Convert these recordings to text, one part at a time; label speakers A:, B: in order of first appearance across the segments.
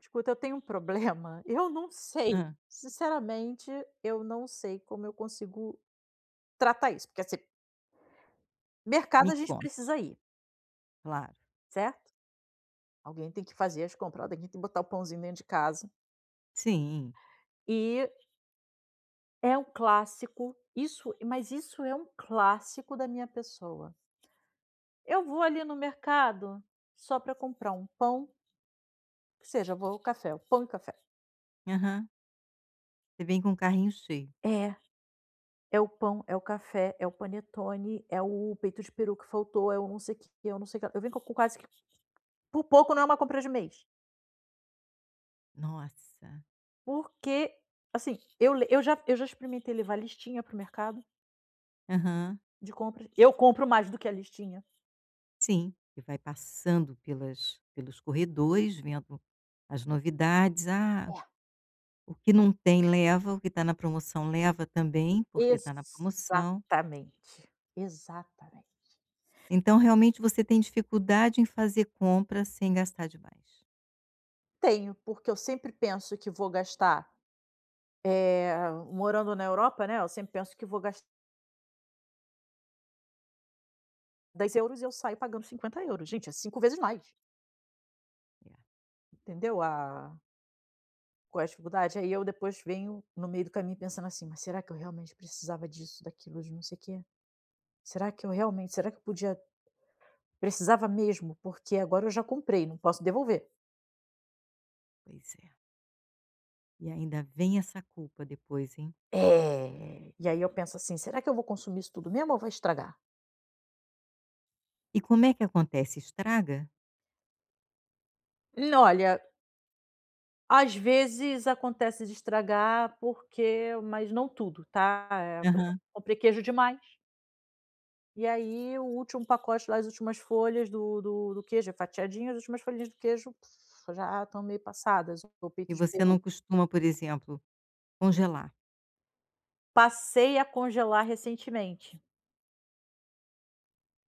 A: Escuta, eu tenho um problema. Eu não sei.
B: Hã,
A: Sinceramente, eu não sei como eu consigo tratar isso. Porque, assim, mercado
B: me
A: a gente
B: conta.
A: precisa ir,
B: Claro.
A: certo? Alguém tem que fazer as compras, alguém tem que botar o pãozinho dentro de casa.
B: Sim.
A: E é um clássico, isso, mas isso é um clássico da minha pessoa. Eu vou ali no mercado só para comprar um pão, que seja, vou ao café, o pão e café.
B: Aham. Você vem com o carrinho cheio.
A: É, é o pão, é o café, é o panetone, é o peito de peru que faltou, é o não sei o que, é o não sei o que lá. Eu venho com quase Por pouco não é uma compra de mês,
B: Nossa.
A: porque, assim, eu já experimentei levar listinha para o mercado
B: Aham.
A: de compras. Eu compro mais do que a listinha.
B: Sim. E vai passando pelas pelos corredores, vendo as novidades. Ah,
A: É.
B: o que não tem leva, o que está na promoção leva também, porque está na promoção.
A: Exatamente, exatamente.
B: Então realmente você tem dificuldade em fazer compra sem gastar demais.
A: Tenho, porque eu sempre penso que vou gastar, morando na Europa, né, eu sempre penso que vou gastar € 10 e eu saio pagando € 50. Gente, é 5 vezes mais,
B: É,
A: entendeu a qual é a dificuldade? Aí eu depois venho no meio do caminho pensando assim: "Mas será que eu realmente precisava disso, daquilo, de não sei o quê?". Será que eu realmente, será que eu podia precisava mesmo? Porque agora eu já comprei, não posso devolver.
B: pois é. E ainda vem essa culpa depois, hein.
A: É, e aí eu penso assim: "Será que eu vou consumir isso tudo mesmo ou vai estragar?".
B: E como é que acontece? Estraga?
A: N Olha, às vezes acontece de estragar, porque mas não tudo, tá. Por exemplo,
B: Aham.
A: comprei queijo demais, e aí o último pacote lá, as últimas folhas do queijo é fatiadinho, as últimas folhinhas do queijo, já estão meio passadas, ou
B: E
A: peito de
B: você
A: peru.
B: não costuma, por exemplo, congelar.
A: Passei a congelar recentemente.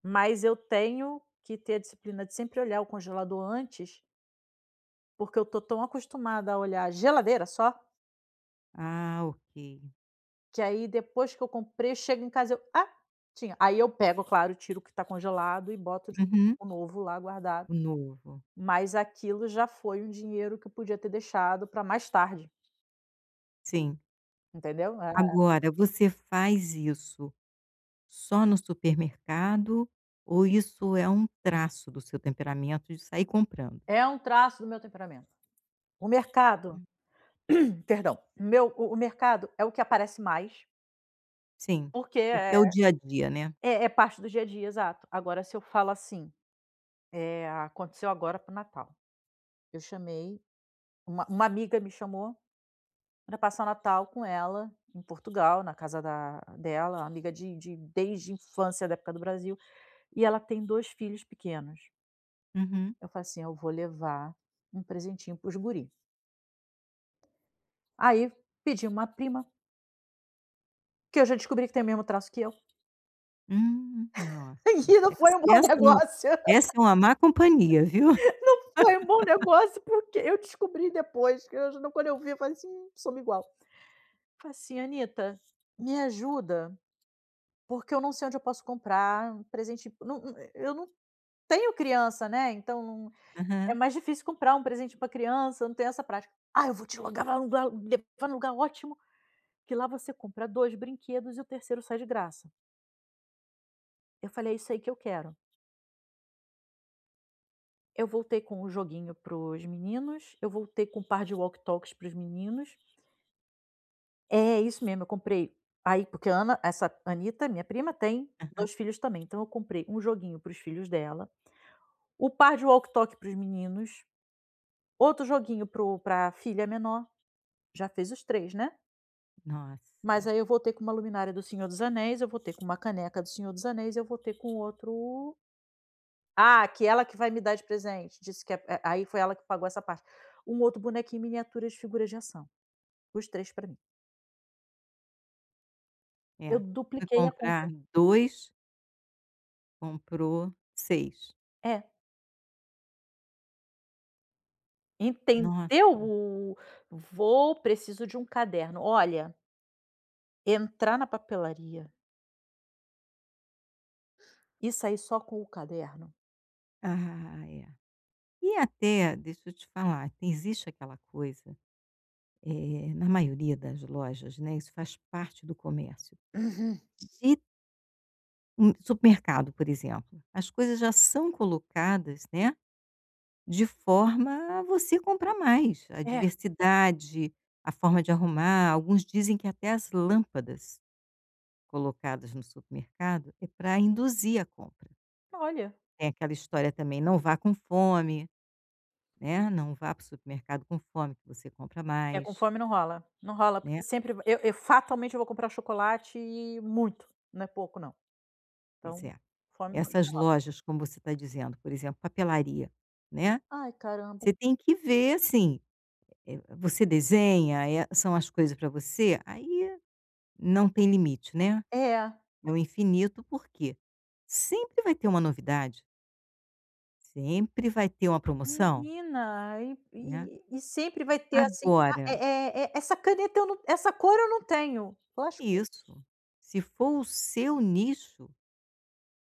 A: Mas eu tenho que ter a disciplina de sempre olhar o congelador antes, porque eu tô tão acostumada a olhar a geladeira só,
B: Ah, ok.
A: que aí depois que eu comprei, eu chego em casa e eu: "Ah, tinha". Aí eu pego, claro, tiro o que está congelado e boto
B: Uhum.
A: o novo lá guardado,
B: O novo.
A: mas aquilo já foi um dinheiro que eu podia ter deixado para mais tarde,
B: Sim.
A: entendeu? É,
B: Agora, você faz isso só no supermercado ou isso é um traço do seu temperamento de sair comprando?
A: é um traço do meu temperamento. O mercado
B: Hum.
A: perdão, meu, o mercado é o que aparece mais,
B: Sim,
A: porque é
B: porque é o dia a dia, né.
A: é é parte do dia a dia, exato. Agora, se eu falo assim. É, aconteceu agora para Natal. Eu chamei uma amiga me chamou para passar o Natal com ela em Portugal, na casa da dela, amiga de desde a infância, da época do Brasil, e ela tem 2 filhos pequenos.
B: Uhum.
A: Eu falei assim: "Eu vou levar um presentinho para os guri". Aí pedi uma prima, que eu já descobri que tem o mesmo traço que eu,
B: Nossa,
A: e não foi
B: essa
A: um bom
B: essa não
A: negócio,
B: essa é uma má companhia, viu.
A: foi um bom negócio, porque eu descobri depois, que eu já quando eu vi, eu falei assim: somos igual". Falei assim: "Anita, me ajuda. Porque eu não sei onde eu posso comprar um presente. Não, não, eu não tenho criança, né, então não é
B: Aham.
A: mais difícil comprar um presente para criança, eu não tenho essa prática. Ah, eu vou te logar lá num lugar levar num lugar ótimo, que lá você compra 2 brinquedos e o terceiro sai de graça". Eu falei: "É isso aí que eu quero". Eu voltei com um joguinho para os meninos, eu voltei com um par de walk talks para os meninos. É, isso mesmo, eu comprei aí porque a Ana essa Anita, minha prima, tem 2 filhos também, então eu comprei um joguinho para os filhos dela, o par de walk talk para os meninos, outro joguinho para a filha menor, já fez os 3, né.
B: Nossa,
A: Mas aí eu voltei com uma luminária do Senhor dos Anéis, eu voltei com uma caneca do Senhor dos Anéis, eu voltei com outro, que ela que vai me dar de presente, disse que aí foi ela que pagou essa parte. Um outro bonequinho em miniatura de figuras de ação, os três para mim. Eu
B: é. Foi
A: dupliquei a compra.
B: comprar 2, comprou 6.
A: É, entendeu?
B: Nossa.
A: O "vou, preciso de um caderno". Olha, entrar na papelaria e sair só com o caderno.
B: Ah, é. E até, deixa eu te falar, tem existe aquela coisa, na maioria das lojas, né, isso faz parte do comércio, de um supermercado, por exemplo, as coisas já são colocadas, né, de forma a você comprar mais, a
A: É,
B: diversidade, a forma de arrumar, alguns dizem que até as lâmpadas colocadas no supermercado é para induzir a compra.
A: olha.
B: Tem aquela história também, não vá com fome, né, não vá para o supermercado com fome que você compra
A: É, com
B: mais,
A: fome não rola. Não rola, porque
B: né.
A: sempre va eu fatalmente eu vou comprar chocolate, e muito, não é pouco não.
B: Pois
A: Então,
B: é.
A: fome não
B: Essas
A: rola.
B: lojas, como você está dizendo, por exemplo, papelaria, né,
A: Ai, caramba.
B: você tem que ver, assim, você desenha, são as coisas para você, aí não tem limite, né,
A: É,
B: é o infinito, por quê? Sempre vai ter uma novidade, sempre vai ter uma promoção,
A: menina, e
B: né.
A: e e sempre vai ter assim, ah,
B: Agora
A: essa cor eu não tenho, lascou.
B: isso, se for o seu nicho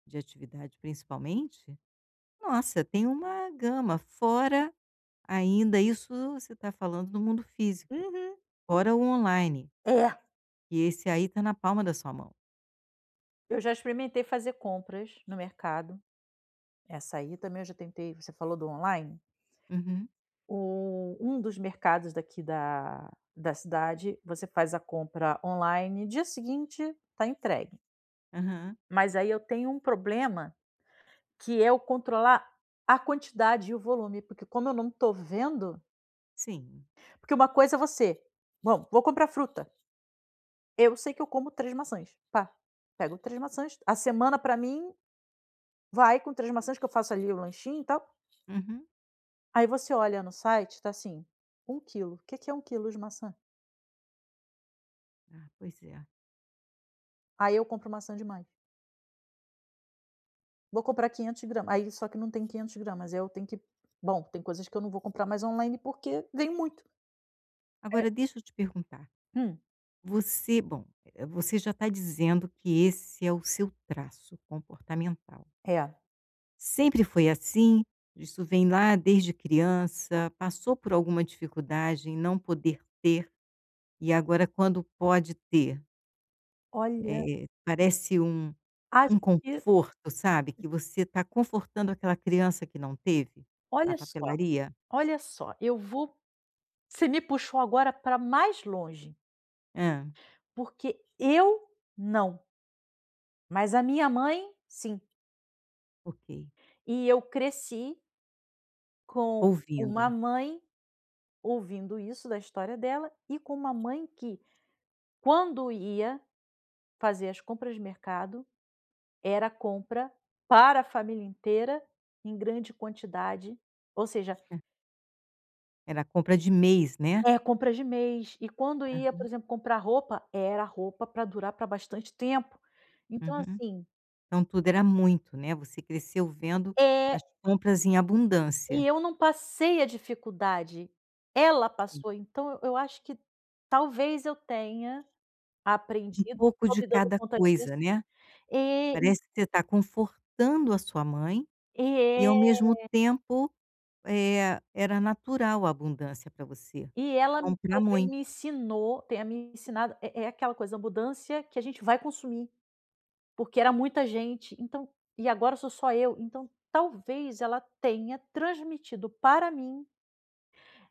B: de atividade principalmente, nossa, tem uma gama, fora ainda isso você está falando do mundo físico.
A: Uhum.
B: Fora o online,
A: É,
B: e esse aí tá na palma da sua mão.
A: eu já experimentei fazer compras no mercado, essa aí também eu já tentei, você falou do online?
B: Uhum,
A: O Um dos mercados daqui da cidade, você faz a compra online, dia seguinte tá entregue.
B: aham,
A: Mas aí eu tenho um problema, que é eu controlar a quantidade e o volume, porque como eu não estou vendo,
B: sim.
A: porque uma coisa é você: "Bom, vou comprar fruta". Eu sei que eu como 3 maçãs, pá, pego 3 maçãs, a semana para mim vai com três maçãs, que eu faço ali o lanchinho e tal.
B: Uhum.
A: Aí você olha no site, tá assim, um quilo, o que que é um quilo de maçã?
B: Ah, pois é.
A: Aí eu compro maçã demais. Vou comprar 500 gramas, aí só que não tem 500 gramas, aí eu tenho que bom, tem coisas que eu não vou comprar mais online, porque vem muito. É.
B: Agora deixa eu te perguntar,
A: Hum.
B: você bom, você já está dizendo que esse é o seu traço comportamental.
A: É.
B: Sempre foi assim? Isso vem lá desde criança? Passou por alguma dificuldade em não poder ter, e agora quando pode ter,
A: Olha,
B: parece um
A: acho
B: um
A: que
B: conforto, sabe, que você está confortando aquela criança que não teve, na
A: olha só,
B: papelaria?
A: olha só, eu vou você me puxou agora para mais longe,
B: Hã,
A: porque eu não, mas a minha mãe, sim.
B: ok,
A: E eu cresci com uma
B: ouvindo.
A: mãe ouvindo isso da história dela, e com uma mãe que, quando ia fazer as compras de mercado, era compra para a família inteira em grande quantidade, ou seja,
B: Hã. Era compra de mês, né?
A: é compra de mês. E quando ia,
B: Hã,
A: por exemplo, comprar roupa, era roupa para durar para bastante tempo. Então,
B: uhum.
A: assim
B: Então tudo era muito, né, você cresceu vendo
A: é,
B: as compras em
A: e
B: abundância.
A: eu não passei a dificuldade, ela
B: Sim.
A: passou. Então eu acho que talvez eu tenha
B: Um
A: aprendido,
B: pouco
A: estou
B: de
A: me dando
B: cada
A: conta disso.
B: coisa, né.
A: E
B: Parece que você está confortando a sua mãe
A: e
B: e, ao
A: é
B: mesmo tempo, era natural a abundância para você.
A: e ela
B: Comprar
A: talvez
B: muito.
A: me ensinou, tenha me ensinado, é aquela coisa, a abundância que a gente vai consumir. Porque era muita gente, então, e agora sou só eu, então talvez ela tenha transmitido para mim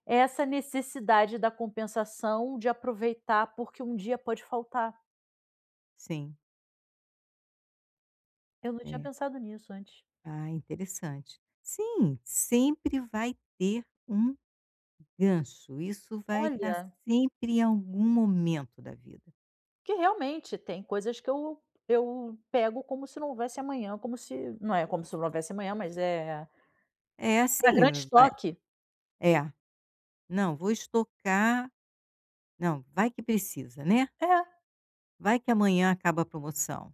A: essa necessidade da compensação, de aproveitar, porque um dia pode faltar.
B: Sim,
A: Eu não tinha
B: é.
A: pensado nisso antes.
B: Ah, interessante. Sim, sempre vai ter um gancho, isso vai estar
A: Olha,
B: sempre em algum momento da vida.
A: que realmente tem coisas que eu pego como se não houvesse amanhã, como se não é como se não houvesse amanhã, mas é
B: É
A: para grande
B: assim, vai,
A: estoque.
B: é, não, vou estocar, não, vai que precisa, né,
A: É.
B: vai que amanhã acaba a promoção,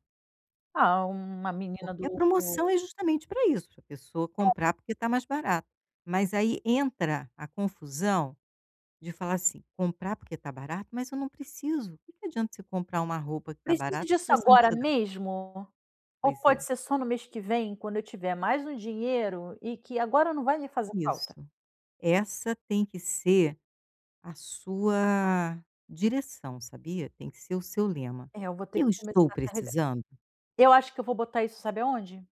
A: Ah, uma menina do
B: porque a promoção é justamente para isso, para a pessoa comprar porque está mais barato. Mas aí entra a confusão de falar assim: "Comprar porque está barato, mas eu não preciso. O que que adianta você comprar uma roupa que está
A: "Preciso
B: barata se
A: disso
B: você não
A: agora
B: precisa?"
A: mesmo?". Ou
B: Pois
A: pode
B: é.
A: ser só no mês que vem, quando eu tiver mais um dinheiro, e que agora não vai me fazer falta.
B: Isso. Essa tem que ser a sua direção, sabia? Tem que ser o seu lema.
A: É, eu vou ter que
B: "Eu estou
A: começar a carregar.
B: precisando?"
A: Eu acho que eu vou botar isso, sabe aonde?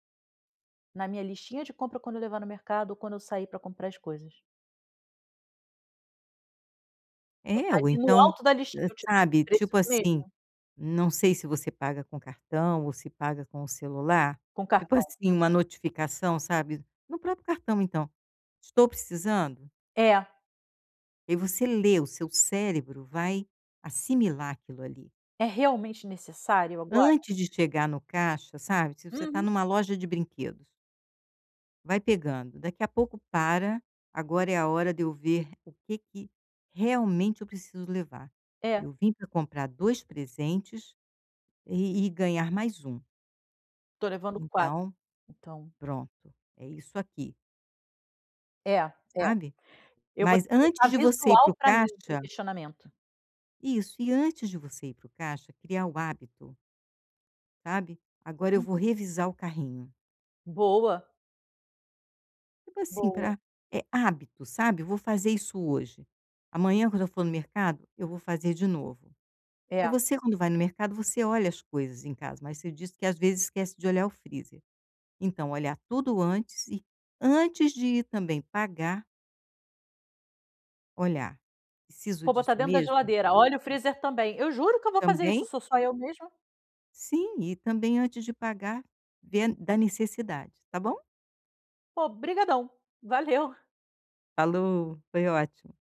A: Na minha listinha de compra, quando eu levar no mercado ou quando eu sair para comprar as coisas.
B: É,
A: Botar
B: ou
A: ali no
B: então,
A: alto da
B: hã,
A: listinha, tipo,
B: sabe, tipo
A: preciso mesmo.
B: assim, não sei se você paga com cartão ou se paga com o celular,
A: Com
B: tipo
A: cartão.
B: assim, uma notificação, sabe, no próprio cartão então: "Estou precisando?"
A: É,
B: E você lê, o seu cérebro vai assimilar aquilo ali.
A: é realmente necessário agora?
B: Antes de chegar no caixa, sabe, se você está
A: Uhum.
B: numa loja de brinquedos, vai pegando. Daqui a pouco, para, agora é a hora de eu ver o que que realmente eu preciso levar.
A: É,
B: Eu vim para comprar 2 presentes e ganhar mais um.
A: tô levando quatro,
B: Então,
A: então
B: pronto, é isso aqui,
A: é, é.
B: sabe.
A: Eu vou
B: Mas
A: ter que
B: antes
A: botar
B: de você ir para
A: visual,
B: o
A: para mim, o
B: caixa,
A: questionamento.
B: isso, e antes de você ir para o caixa, criar o hábito, sabe. Agora eu vou revisar o carrinho.
A: Boa,
B: Tipo assim,
A: boa.
B: para, é hábito, sabe. Eu vou fazer isso hoje. Amanhã quando eu for no mercado, eu vou fazer de novo. E
A: É.
B: você quando vai no mercado, você olha as coisas em casa, mas você disse que às vezes esquece de olhar o freezer. Então olhar tudo antes e, antes de ir também pagar, olhar: "Preciso
A: Vou botar
B: disso
A: dentro da
B: mesmo?"
A: geladeira. Olha, o freezer também. Eu juro que eu vou fazer isso,
B: Também
A: sou só eu mesma.
B: sim, e também antes de pagar, ver da necessidade, tá bom?
A: Pô, brigadão. Valeu.
B: Falou, foi ótimo.